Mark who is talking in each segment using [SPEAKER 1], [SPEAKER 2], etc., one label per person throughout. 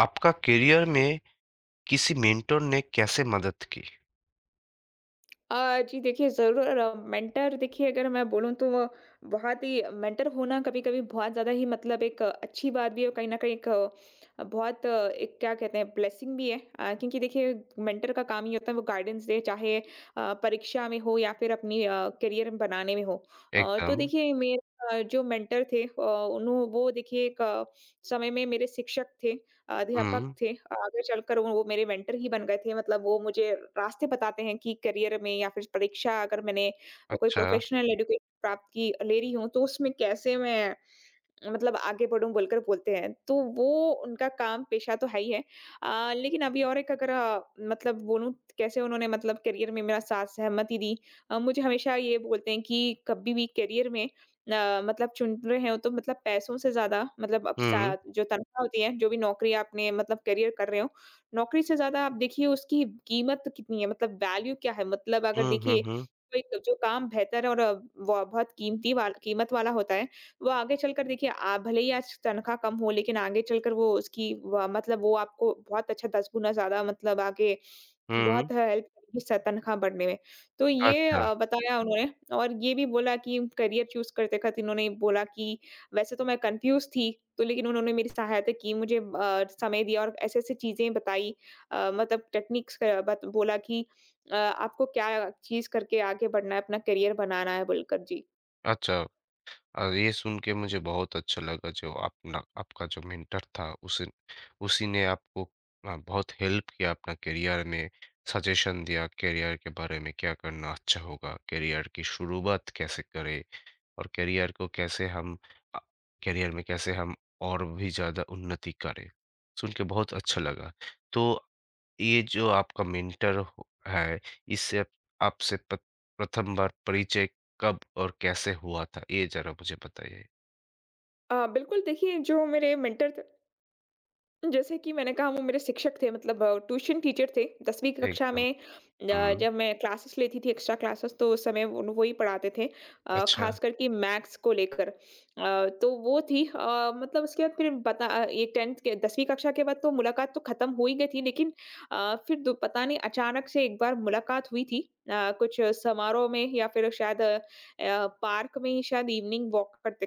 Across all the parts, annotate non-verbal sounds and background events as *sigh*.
[SPEAKER 1] आपका करियर में किसी मेंटर ने कैसे मदद की?
[SPEAKER 2] जी देखिए, ज़रूर। मेंटर, देखिए अगर मैं बोलूँ तो वो बहुत ही मेंटर होना कभी-कभी बहुत ज़्यादा ही, मतलब एक अच्छी बात भी है, और कहीं न कहीं एक बहुत एक क्या कहते हैं, ब्लेसिंग भी है। क्योंकि देखिए, मेंटर का काम ये होता है, वो गाइडेंस दे, चाहे परीक्षा में हो या फिर अपनी करियर बनाने में हो। तो
[SPEAKER 1] एकदम।
[SPEAKER 2] देखिए मेरे जो मेंटर थे, उन्हों वो देखिए एक समय में मेरे शिक्षक थे। अध्यापक
[SPEAKER 1] हुँ,
[SPEAKER 2] थे। आगे चलकर वो मेरे मेंटर ही बन गए थे। मतलब वो मुझे रास्ते बताते हैं कि करियर में या फिर परीक्षा अगर मैंने कोई
[SPEAKER 1] अच्छा।
[SPEAKER 2] प्रोफेशनल एजुकेशन प्राप्त की ले रही हूँ, तो उसमें कैसे मैं मतलब आगे बढ़ूँ बोलकर बोलते हैं। तो वो उनका काम पेशा तो है ही है। लेकिन अभी और एक अगर मतलब बोलूँ कैसे उन्होंने मतलब करियर में मेरा साथ सहमति दी। मुझे हमेशा ये बोलते हैं कि कभी भी करियर में मतलब चुन रहे हो तो मतलब पैसों से ज़्यादा, मतलब अब
[SPEAKER 1] हुँ,
[SPEAKER 2] सा जो तनख्वाह होती है, जो भी नौकरी आपने मतलब करियर कर रहे हो, नौकरी से ज़्यादा आप देखिए उसकी कीमत कितनी है, मतलब वैल्यू क्या है? मतलब अगर
[SPEAKER 1] हुँ, हुँ,
[SPEAKER 2] देखिए
[SPEAKER 1] हुँ,
[SPEAKER 2] कोई जो काम बेहतर और व बहुत कीमती वाल कीमत वाला होता है, वो आगे चलकर देखिए आप भले ही आज तनख्वाह कम हो, लेकिन आगे चलकर वो उसकी व मतलब वो आपको बहुत अच्छा 10 गुना ज़्यादा मतलब आगे
[SPEAKER 1] हुँ।
[SPEAKER 2] बहुत हेल्प करेगी स तनख्वाह बढ़ने में। तो ये
[SPEAKER 1] अच्छा,
[SPEAKER 2] बताया उन्होंने। और ये भी बोला कि करियर चूज़ करते वक़्त इन्होंने बोला कि वैसे तो मैं कन्फ्यूज़ थी, तो लेकिन उन्होंने मेरी सहायता की, मुझे समय दिया और ऐसी-ऐसी चीज़ें बताई, मतलब टेक्निक्स, बत बोला कि आपको क्या चीज़ करके आगे बढ़ना है, अपना करियर बनाना है बोलकर। जी।
[SPEAKER 1] अच्छा। ये सुन के मुझे बहुत अच्छा लगा जो अपना आपका जो मेंटर था उसी उसी ने आपको बहुत हेल्प किया अपना करियर में, सजेशन दिया करियर के बारे में क्या करना अच्छा होगा, करियर की शुरुआत कैसे करें। और करियर को कैसे हम अ, करियर में कैसे हम और भी ज़्यादा उन्नति करें। सुन के बहुत अच्छा लगा। तो ये जो आपका मेंटर हो है, इससे आप- आपसे प प्रथम बार परिचय कब और कैसे हुआ था? ये ज़रा मुझे बताइए।
[SPEAKER 2] बिल्कुल देखिए, जो मेरे मेंटर थे जैसे कि मैंने कहा, वो मेरे शिक्षक थे, मतलब ट्यूशन टीचर थे 10वीं की कक्षा
[SPEAKER 1] एकदम।
[SPEAKER 2] में।
[SPEAKER 1] हुँ,
[SPEAKER 2] जब मैं क्लासेस लेती थी, एक्स्ट्रा क्लासेस, तो उस समय वो वही पढ़ाते थे,
[SPEAKER 1] अच्छा।
[SPEAKER 2] खास करके मैथ्स को लेकर। तो वो थी मतलब उसके बाद फिर बता ये 10th के 10वीं कक्षा के बाद तो मुलाकात तो खत्म हो ही गई थी, लेकिन फिर पता नहीं अचानक से एक बार मुलाकात हुई थी, कुछ समारोह में या फिर शायद पार्क में ही शायद इवनिंग वॉक करते।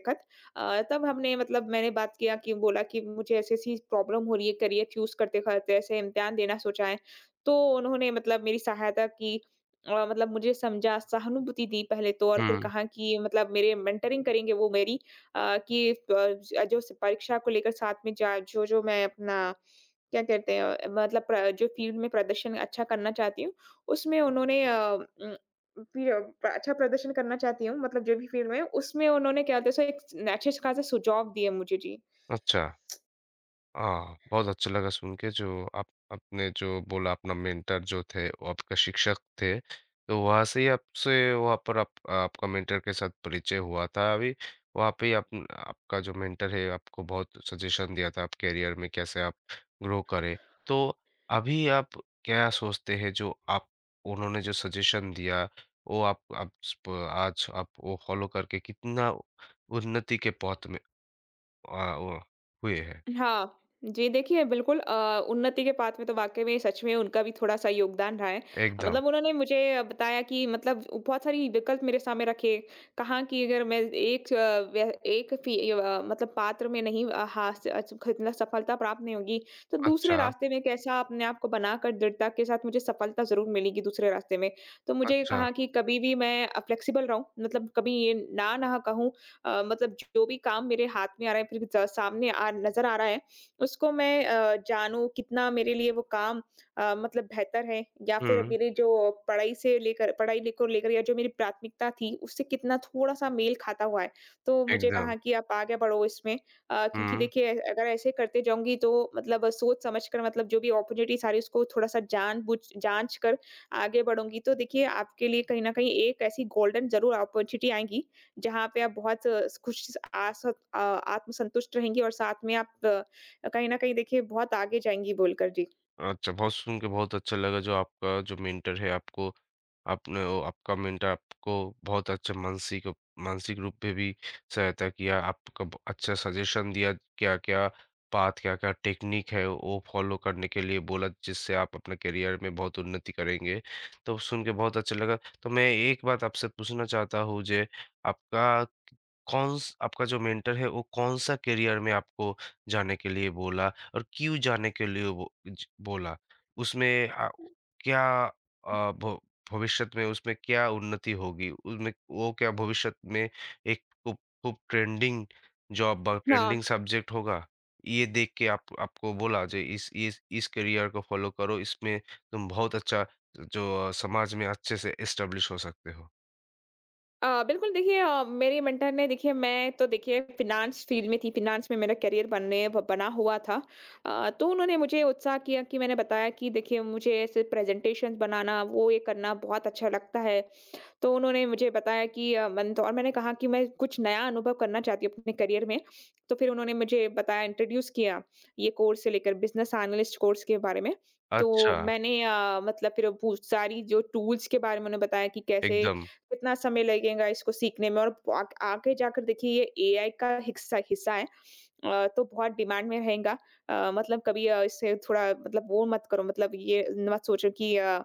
[SPEAKER 2] तब हमने मतलब मैंने बात किया कि बोला कि मुझे ऐसी-ऐसी प्रॉब्लम हो रही है करियर चूज़ करते-करते ऐसे इम्तिहान देना सोचा है। तो उन्होंने मतलब मेरी सहायता की। मतलब मुझे समझा, सहानुभूति दी पहले तो, और फिर
[SPEAKER 1] हुँ,
[SPEAKER 2] कहा कि मतलब मेरे मेंटरिंग करेंगे वो मेरी, कि जो परीक्षा को लेकर साथ में जा जो-जो मैं अपना, क्या कहते हैं मतलब प्र जो फ़ील्ड में प्रदर्शन अच्छा करना चाहती हूँ, उसमें उन्होंने उम फिर अच्छा प्रदर्शन करना चाहती हूँ मतलब जो भी फ़ील्ड में, उसमें उन्होंने क्या होता है, सो एक अच्छे-खासे सुझाव दिए मुझे। जी।
[SPEAKER 1] अच्छा। हाँ, बहुत अच्छा लगा सुन के जो आप आपने जो बोला अपना मेंटर जो थे वो आपका शिक्षक थे। तो वहाँ से ही आपसे वहाँ पर आप आपका मेंटर के साथ परिचय हुआ था अभी। वहाँ पे ही आप आपका जो मेंटर है आपको बहुत सजेशन दिया था आप करियर में कैसे आप ग्रो करें। तो अभी आप क्या सोचते हैं जो आप उन्होंने जो सजेशन दिया वो आप स्प आज आप वो फॉलो करके कितना उन्नति के पथ में वो हुए हैं?
[SPEAKER 2] हाँ, जी देखिए बिल्कुल उन्नति के पाथ में तो वाक़ई में सच में उनका भी थोड़ा-सा योगदान रहा है।
[SPEAKER 1] एकदम।
[SPEAKER 2] मतलब उन्होंने मुझे बताया कि मतलब बहुत सारी विकल्प मेरे सामने रखे, कहाँ कि अगर मैं एक व्य एक फी मतलब पात्र में नहीं हास अच खतना सफलता प्राप्त नहीं होगी, तो दूसरे
[SPEAKER 1] अच्छा,
[SPEAKER 2] रास्ते में कैसा अपने आप को बनाकर दृढ़ता के साथ मुझे सफलता ज़रूर मिलेगी दूसरे रास्ते में। तो मुझे
[SPEAKER 1] अच्छा।
[SPEAKER 2] कहा कि कभी भी मैं फ्लेक्सिबल रहूँ, मतलब कभी ये ना ना कहूँ। मतलब जो भी काम मेरे हाथ में आ रहा है, फिर ज सामने आ नज़र आ रहा है, उसको मैं जानूँ कितना मेरे लिए वो काम मतलब बेहतर है, या फिर
[SPEAKER 1] हुँ,
[SPEAKER 2] मेरे जो पढ़ाई से लेकर पढ़ाई ले को लेकर या जो मेरी प्राथमिकता थी, उससे कितना थोड़ा-सा मेल खाता हुआ है। तो मुझे
[SPEAKER 1] एकदम।
[SPEAKER 2] कहा कि आप आगे बढ़ो इसमें क्योंकि
[SPEAKER 1] हुँ,
[SPEAKER 2] देखिए अगर ऐसे करते जाऊँगी तो मतलब सोच समझ कर, मतलब जो भी अपॉर्च्युनिटीज़ आ रही है, उसको थोड़ा-सा जानबूझ जाँच कर आगे बढ़ूँगी, तो देखिए आपके लिए कहीं न कहीं एक ऐसी गोल्डन ज़रूर अपॉर्च्युनिटी आएगी, जहाँ पे आप बहुत खुश आस आत्मसंतुष्ट रहेंगी, और साथ में आप कहीं न कहीं देखिए बहुत आगे जाएँगी बोलकर। जी।
[SPEAKER 1] अच्छा बहुत सुन के बहुत अच्छा लगा जो आपका जो मेंटर है आपको आपने ओ आपका मेंटर आपको बहुत अच्छा मानसिक मानसिक रूप पे भी सहायता किया, आपका ब अच्छा सजेशन दिया क्या-क्या पाथ, क्या-क्या टेक्निक है वो फॉलो करने के लिए बोला जिससे आप अपने करियर में बहुत उन्नति करेंगे। तो सुन के बहुत अच्छा लगा। तो मैं एक बात आपसे पूछना चाहता हूँ जे आपका कौन-स आपका जो मेंटर है वो कौन-सा करियर में आपको जाने के लिए बोला और क्यों जाने के लिए वो ज बोला? उसमें क्या अ, भ भविष्य में उसमें क्या उन्नति होगी? उसमें वो क्या भविष्य में एक खूब खूब ट्रेंडिंग जॉब ब
[SPEAKER 2] हाँ।
[SPEAKER 1] ट्रेंडिंग सब्जेक्ट होगा? ये देख के आप आपको बोला जे इस करियर को फॉलो करो, इसमें तुम बहुत अच्छा जो समाज में अच्छे से एस्टेब्लिश हो सकते हो।
[SPEAKER 2] बिल्कुल देखिए मेरे मेंटर ने देखिए मैं तो देखिए फ़िनांस फ़ील्ड में थी, फ़िनांस में मेरा करियर बनने ब बना हुआ था। तो उन्होंने मुझे उत्साह किया कि मैंने बताया कि देखिए मुझे ऐसे प्रेज़ेंटेशंस बनाना, वो ये करना बहुत अच्छा लगता है। तो उन्होंने मुझे बताया कि मंदसौर मैंने कहा कि मैं कुछ नया अनुभव करना चाहती हूँ अपने करियर में। तो फिर उन्होंने मुझे बताया, इंट्रोड्यूस किया, ये कोर्स से लेकर बिज़नेस एनालिस्ट कोर्स के बारे में। तो
[SPEAKER 1] अच्छा,
[SPEAKER 2] मैंने मतलब फिर वो सारी जो टूल्स के बारे में उन्हें बताया कि कैसे
[SPEAKER 1] एकदम।
[SPEAKER 2] कितना समय लगेगा इसको सीखने में, और आग आगे जाकर देखिए ये एआई का हिस्सा हिस्सा है। तो बहुत डिमांड में रहेगा। मतलब कभी इससे थोड़ा मतलब वो मत करो, मतलब ये मत सोचो कि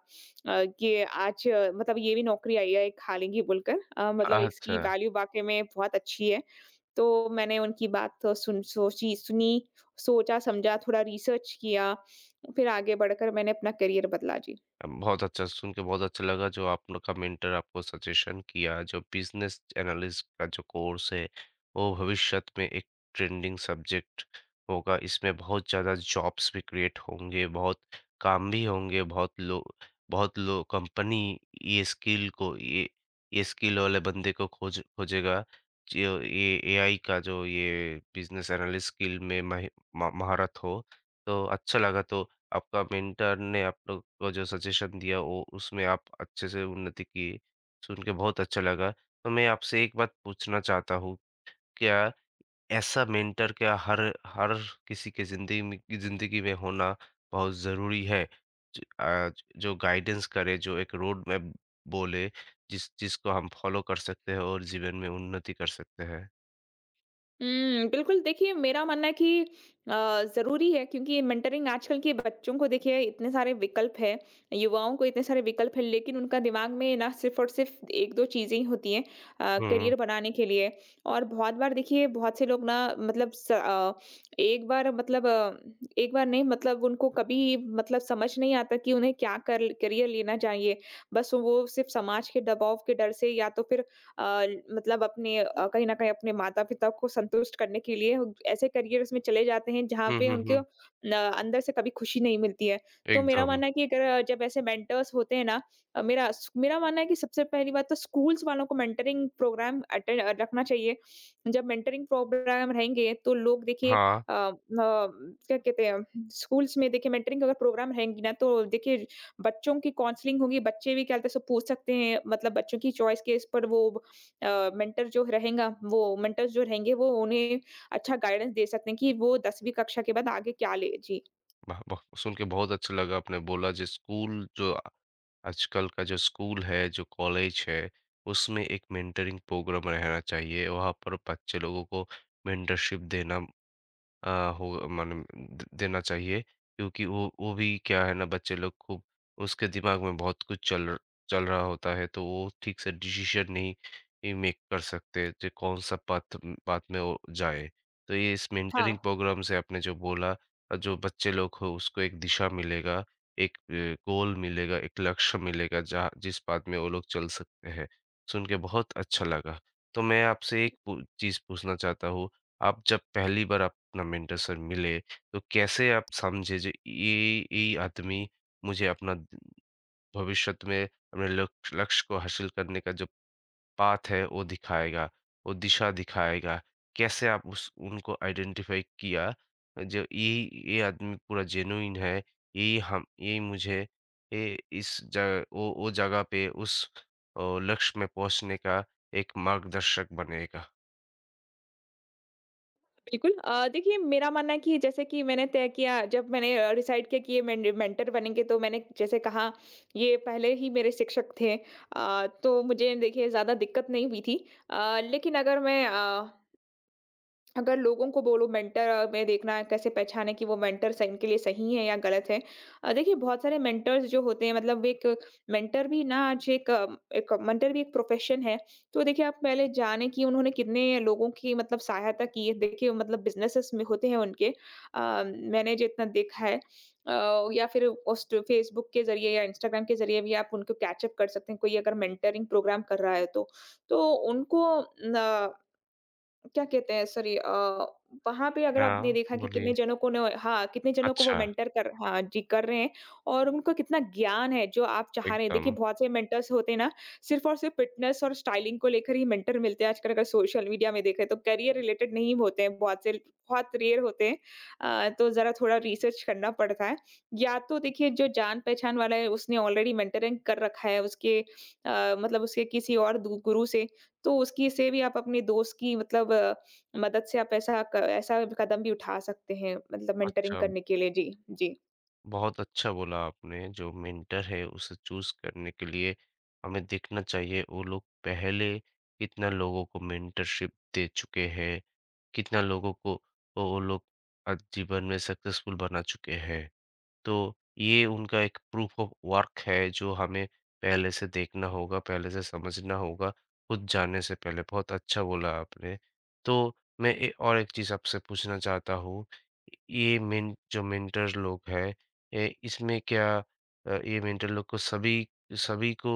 [SPEAKER 2] कि आज मतलब ये भी नौकरी आई है, खा लेंगी बोलकर। मतलब इसकी
[SPEAKER 1] अच्छा।
[SPEAKER 2] वैल्यू वाक़ई में बहुत अच्छी है। तो मैंने उनकी बात तो सुन सोची सुनी, सोचा-समझा, थोड़ा रिसर्च किया, फिर आगे बढ़कर मैंने अपना करियर बदला। जी।
[SPEAKER 1] बहुत अच्छा सुन के बहुत अच्छा लगा जो आप लोग का मेंटर आपको सजेशन किया जो बिजनेस एनालिस्ट का जो कोर्स है वो भविष्य में एक ट्रेंडिंग सब्जेक्ट होगा इसमें बहुत ज़्यादा जॉब्स भी क्रिएट होंगे बहुत काम भी होंगे बहुत लोग कंपनी ये स्किल को ये ये स्किल वाले बंदे को खोजेगा जो ये एआई का जो ये बिजनेस एनालिस्ट स्किल में महारत हो तो अच्छा लगा तो आपका मेंटर ने आप लोग को जो सजेशन दिया वो उसमें आप अच्छे से उन्नति किए। सुन के बहुत अच्छा लगा। तो मैं आपसे एक बात पूछना चाहता हूँ, क्या ऐसा मेंटर क्या हर हर किसी के ज़िंदगी में होना बहुत ज़रूरी है? ज अ, जो गाइडेंस करे, जो एक रोड मैप बोले, जिसको हम फॉलो कर सकते हैं और जीवन में उन्नति कर सकते हैं।
[SPEAKER 2] हुँ, बिल्कुल देखिए मेरा मानना है कि ज़रूरी है, क्योंकि मेंटरिंग आजकल के बच्चों को देखिए इतने सारे विकल्प हैं, युवाओं को इतने सारे विकल्प हैं, लेकिन उनका दिमाग में ना सिर्फ़ और सिर्फ़ 1-2 चीज़ें ही होती हैं
[SPEAKER 1] हुँ।
[SPEAKER 2] करियर बनाने के लिए। और बहुत बार देखिए बहुत से लोग ना मतलब स एक बार मतलब एक बार नहीं मतलब उनको कभी मतलब समझ नहीं आता कि उन्हें क्या कर करियर लेना चाहिए। बस वो सिर्फ़ समाज के दबाव के डर से, या तो फिर अ, मतलब अपने कहीं न कहीं अपने माता-पिता को संतुष्ट करने के लिए वो ऐसे करियर्स में चले जाते हैं जहाँ
[SPEAKER 1] हुँ,
[SPEAKER 2] पे
[SPEAKER 1] हुँ,
[SPEAKER 2] उनके
[SPEAKER 1] हुँ।
[SPEAKER 2] न अंदर से कभी खुशी नहीं मिलती है। तो मेरा
[SPEAKER 1] एकदम।
[SPEAKER 2] मानना है कि अगर जब ऐसे मेंटर्स होते हैं ना मेरा स मेरा मानना है कि सबसे पहली बात तो स्कूल्स वालों को मेंटरिंग प्रोग्राम अटेंड रखना चाहिए। जब मेंटरिंग प्रोग्राम रहेंगे तो लोग देखिए
[SPEAKER 1] हाँ।
[SPEAKER 2] क्या कहते हैं, स्कूल्स में देखिए मेंटरिंग अगर प्रोग्राम रहेंगी ना तो देखिए बच्चों की काउंसलिंग होगी, बच्चे भी क्या कहते हैं सब पूछ सकते हैं, मतलब बच्चों की चॉइस के इस पर वो मेंटर जो रहेगा, वो मेंटर्स जो रहेंगे वो उन्हें अच्छा गाइडेंस दे सकते हैं कि वो 10वीं कक्षा के बाद आगे क्या ले। जी।
[SPEAKER 1] वाह! वाह! सुन के बहुत अच्छा लगा आपने बोला जो स्कूल जो आजकल का जो स्कूल है, जो कॉलेज है, उसमें एक मेंटरिंग प्रोग्राम रहना चाहिए। वहाँ पर बच्चे लोगों को मेंटरशिप देना अ, हो माने द देना चाहिए क्योंकि वो भी क्या है ना बच्चे लोग खूब उसके दिमाग में बहुत कुछ चल चल रहा होता है तो वो ठीक से डिसीज़न नहीं ही मेक कर सकते जो कौन-सा पाथ पाथ में वो जाए। तो ये इस मेंटरिंग
[SPEAKER 2] हाँ,
[SPEAKER 1] प्रोग्राम से आपने जो बोला जो बच्चे लोग हो उसको एक दिशा मिलेगा, एक अ, गोल मिलेगा, एक लक्ष्य मिलेगा जहाँ जिस पाथ में वो लोग चल सकते हैं। सुन के बहुत अच्छा लगा। तो मैं आपसे एक पू चीज़ पूछना चाहता हूँ आप जब पहली बार आप अपना मेंटर सर मिले, तो कैसे आप समझे जे ये आदमी मुझे अपना द- भविष्य में अपने लक्ष्य लक्ष्य को हासिल करने का जो पाथ है वो दिखाएगा, वो दिशा दिखाएगा। कैसे आप उस उनको आइडेंटिफ़ाई किया जो यही ये आदमी पूरा जेनुइन है, यही हम यही मुझे ए इस जगह वो जगह पे उस लक्ष्य में पहुँचने का एक मार्गदर्शक बनेगा?
[SPEAKER 2] बिल्कुल। देखिए मेरा मानना है कि जैसे कि मैंने तय किया, जब मैंने डिसाइड किया कि ये मेंड मेंटर बनेंगे, तो मैंने जैसे कहा ये पहले ही मेरे शिक्षक थे, तो मुझे देखिए ज़्यादा दिक्कत नहीं हुई थी। लेकिन अगर मैं अगर लोगों को बोलो मेंटर में देखना है, कैसे पहचाने कि वो मेंटर स इनके लिए सही है या गलत है। देखिए बहुत सारे मेंटर्स जो होते हैं, मतलब एक मेंटर भी ना आज, एक एक मेंटर भी एक प्रोफ़ेशन है। तो देखिए आप पहले जाने कि उन्होंने कितने लोगों की मतलब सहायता की है। देखिए मतलब बिज़नेसेस में होते हैं उनके मैंने जितना देखा है, या फिर पोस्ट फ़ेसबुक के ज़रिए या इंस्टाग्राम के ज़रिए भी आप उनको कैच अप कर सकते हैं, कोई अगर मेंटरिंग प्रोग्राम कर रहा है तो। तो उनको न क्या कहते हैं, सॉरी वहाँ पे अगर आपने
[SPEAKER 1] हाँ,
[SPEAKER 2] देखा कि कितने
[SPEAKER 1] बोलिए।
[SPEAKER 2] जनों को न, हाँ, कितने जनों को वो
[SPEAKER 1] अच्छा।
[SPEAKER 2] मेंटर कर, हाँ जी, कर रहे हैं और उनको कितना ज्ञान है जो आप चाह रहे हैं। देखिए
[SPEAKER 1] एकदम।
[SPEAKER 2] बहुत से मेंटर्स होते हैं ना, सिर्फ़ और सिर्फ़ फिटनेस और स्टाइलिंग को लेकर ही मेंटर मिलते हैं आजकल अगर सोशल मीडिया में देखें तो, करियर रिलेटेड नहीं होते हैं, बहुत से बहुत रेयर होते हैं। तो ज़रा थोड़ा रिसर्च करना पड़ता है। या तो देखिए जो जान-पहचान वाला है उसने ऑलरेडी मेंटरिंग कर रखा है उसके मतलब उसके किसी और दू गुरु से, तो उसकी से भी आप अपने दोस्त की मतलब मदद से आप ऐसा क ऐसा कदम भी उठा सकते हैं, मतलब मेंटरिंग
[SPEAKER 1] अच्छा,
[SPEAKER 2] करने के लिए। जी, जी।
[SPEAKER 1] बहुत अच्छा बोला आपने, जो मेंटर है उसे चूज़ करने के लिए हमें देखना चाहिए वो लोग पहले कितना लोगों को मेंटरशिप दे चुके हैं, कितना लोगों को वो लोग जीवन में सक्सेसफुल बना चुके हैं। तो ये उनका एक प्रूफ ऑफ वर्क है जो हमें पहले से देखना होगा, पहले से समझना होगा, खुद जाने से पहले। बहुत अच्छा बोला आपने। तो मैं ए और एक चीज़ आपसे पूछना चाहता हूँ, ये मेन जो मेंटर लोग हैं, ए इसमें क्या ये मेंटर लोग को सभी सभी को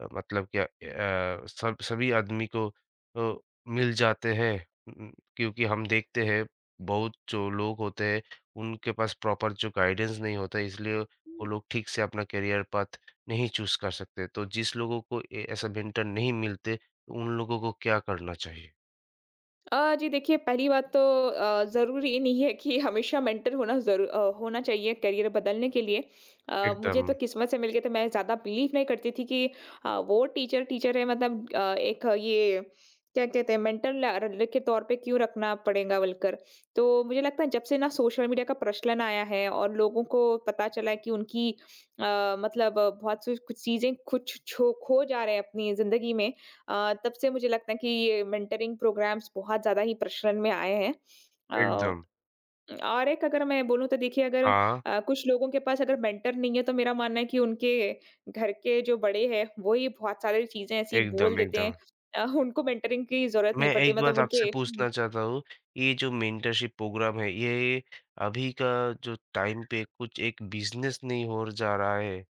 [SPEAKER 1] क्या अ, सब सभी आदमी को अ, मिल जाते हैं? क्योंकि हम देखते हैं बहुत जो लोग होते हैं उनके पास प्रॉपर जो गाइडेंस नहीं होता है इसलिए वो लोग ठीक से अपना करियर पाथ नहीं चूज़ कर सकते। तो जिस लोगों को ए ऐसा मेंटर नहीं मिलते, तो उन लोगों को क्या करना चाहिए?
[SPEAKER 2] जी देखिए पहली बात तो ज़रूरी नहीं है कि हमेशा मेंटर होना ज़रूर होना चाहिए करियर बदलने के लिए। मुझे
[SPEAKER 1] एकदम,
[SPEAKER 2] तो किस्मत से मिल गया, तो मैं ज़्यादा बिलीव नहीं करती थी कि वो टीचर टीचर है, मतलब एक ये क्या कहते हैं, मेंटर ल के तौर पे क्यों रखना पड़ेगा बोलकर। तो मुझे लगता है जब से ना सोशल मीडिया का प्रचलन आया है और लोगों को पता चला है कि उनकी मतलब आ, बहुत सी कुछ चीज़ें कुछ छो खो जा रहे हैं अपनी ज़िंदगी में। तब से मुझे लगता है कि ये मेंटरिंग प्रोग्राम्स बहुत ज़्यादा ही प्रचलन में आए हैं। अ,
[SPEAKER 1] एकदम।
[SPEAKER 2] और एक अगर मैं बोलूँ तो देखिए अगर
[SPEAKER 1] हाँ,
[SPEAKER 2] कुछ लोगों के पास अगर मेंटर नहीं है, तो मेरा मानना है कि उनके घर के जो बड़े हैं, वो ही बहुत सारी चीज़ें ऐसी बोल
[SPEAKER 1] एकदम,
[SPEAKER 2] देते हैं।
[SPEAKER 1] एकदम।
[SPEAKER 2] उनको मेंटरिंग की ज़रूरत
[SPEAKER 1] मैं
[SPEAKER 2] नहीं पड़ती,
[SPEAKER 1] एक
[SPEAKER 2] मतलब
[SPEAKER 1] बात आपसे
[SPEAKER 2] उनके।
[SPEAKER 1] पूछना चाहता हूँ, ये जो मेंटरशिप प्रोग्राम है, ये अभी का जो टाइम पे कुछ एक बिज़नेस नहीं हो र जा रहा है?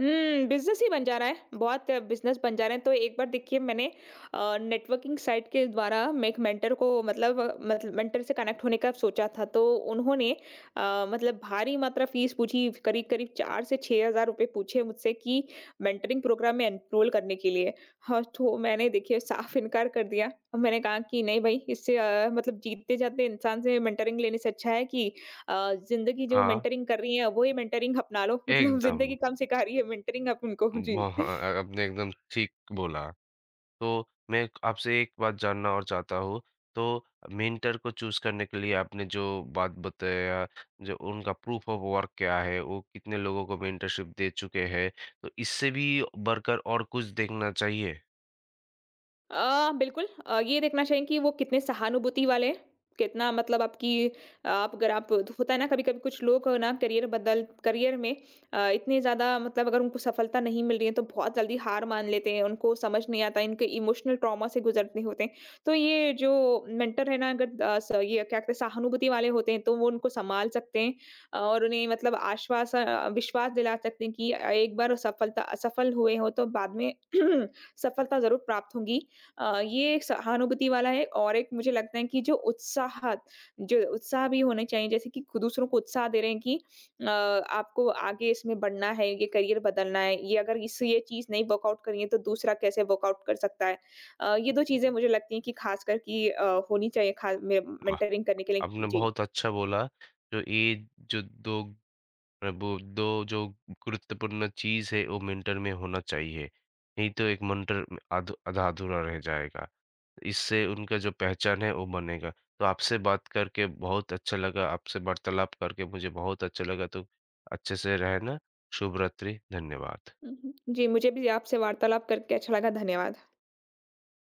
[SPEAKER 2] हुँ, बिज़नेस ही बन जा रहा है, बहुत बिज़नेस बन जा रहे हैं। तो एक बार देखिए मैंने नेटवर्किंग साइट के द्वारा मैं एक मेंटर को मतलब मेंटर से कनेक्ट होने का सोचा था। तो उन्होंने मतलब भारी मात्रा फ़ीस पूछी, करीब-करीब 4 से ₹6000 पूछे मुझसे, कि मेंटरिंग प्रोग्राम में एनरोल करने के लिए। हाँ, तो मैंने देखिए साफ़ इनकार कर दिया। मैंने कहा कि नहीं भई, इससे मतलब जीते-जागते इंसान से मेंटरिंग लेने से अच्छा है कि अ, ज़िंदगी जो
[SPEAKER 1] हाँ,
[SPEAKER 2] मेंटरिंग कर रही हैं, वो ही मेंटरिंग अपना लो। *laughs* मतलब
[SPEAKER 1] एकदम।
[SPEAKER 2] ज़िंदगी कम सिखा रही है मेंटरिंग आप उनको।
[SPEAKER 1] म
[SPEAKER 2] जी।
[SPEAKER 1] हाँ, आपने एकदम ठीक बोला। तो मैं आपसे एक बात जानना और चाहता हूँ, तो मेंटर को चूज़ करने के लिए आपने जो बात बताया, जो उनका प्रूफ ऑफ वर्क क्या है, वो कितने लोगों को मेंटरशिप दे चुके हैं, तो इससे भी बढ़कर और कुछ देखना चाहिए?
[SPEAKER 2] बिल्कुल ये देखना चाहिए कि वो कितने सहानुभूति वाले हैं, कितना मतलब आपकी, आप अगर आप होता है ना कभी-कभी कुछ लोग ना करियर बदल करियर में इतने ज़्यादा मतलब अगर उनको सफलता नहीं मिल रही है तो बहुत जल्दी हार मान लेते हैं, उनको समझ नहीं आता, इनके इमोशनल ट्रॉमा से गुजरते होते हैं। तो ये जो मेंटर है ना, अगर स ये क्या कहते हैं, सहानुभूति वाले होते हैं, तो वो उनको सँभाल सकते हैं और उन्हें मतलब आश्वास विश्वास दिला सकते हैं कि एक बार सफलता असफल हुए हो तो बाद में *clears throat* सफलता ज़रूर प्राप्त होंगी। ये एक सहानुभूति वाला है, और एक मुझे लगता है कि जो उत्साहत जो उत्साह भी होने चाहिए, जैसे कि दूसरों को उत्साह दे रहे हैं कि आपको आगे इसमें बढ़ना है, ये करियर बदलना है, ये अगर इससे ये चीज़ नहीं वर्कआउट करी है तो दूसरा कैसे वर्कआउट कर सकता है। ये दो चीज़ें मुझे लगती हैं कि खास करके होनी चाहिए, खास
[SPEAKER 1] वाह!
[SPEAKER 2] मेंटरिंग करने के लिए।
[SPEAKER 1] आपने
[SPEAKER 2] जी।
[SPEAKER 1] बहुत अच्छा बोला, जो ये जो 2 अ, वो 2 जो गुरुत्वपूर्ण चीज़ है, वो मेंटर में होना चाहिए, नहीं तो एक मेंटर अध आधा अधूरा रह जाएगा। इससे उनका जो पहचान है वो बनेगा। तो आपसे बात करके बहुत अच्छा लगा, आपसे वार्तालाप करके मुझे बहुत अच्छा लगा, तो अच्छे से रहना, शुभ रात्रि, धन्यवाद।
[SPEAKER 2] जी, मुझे भी आपसे वार्तालाप करके अच्छा लगा। धन्यवाद।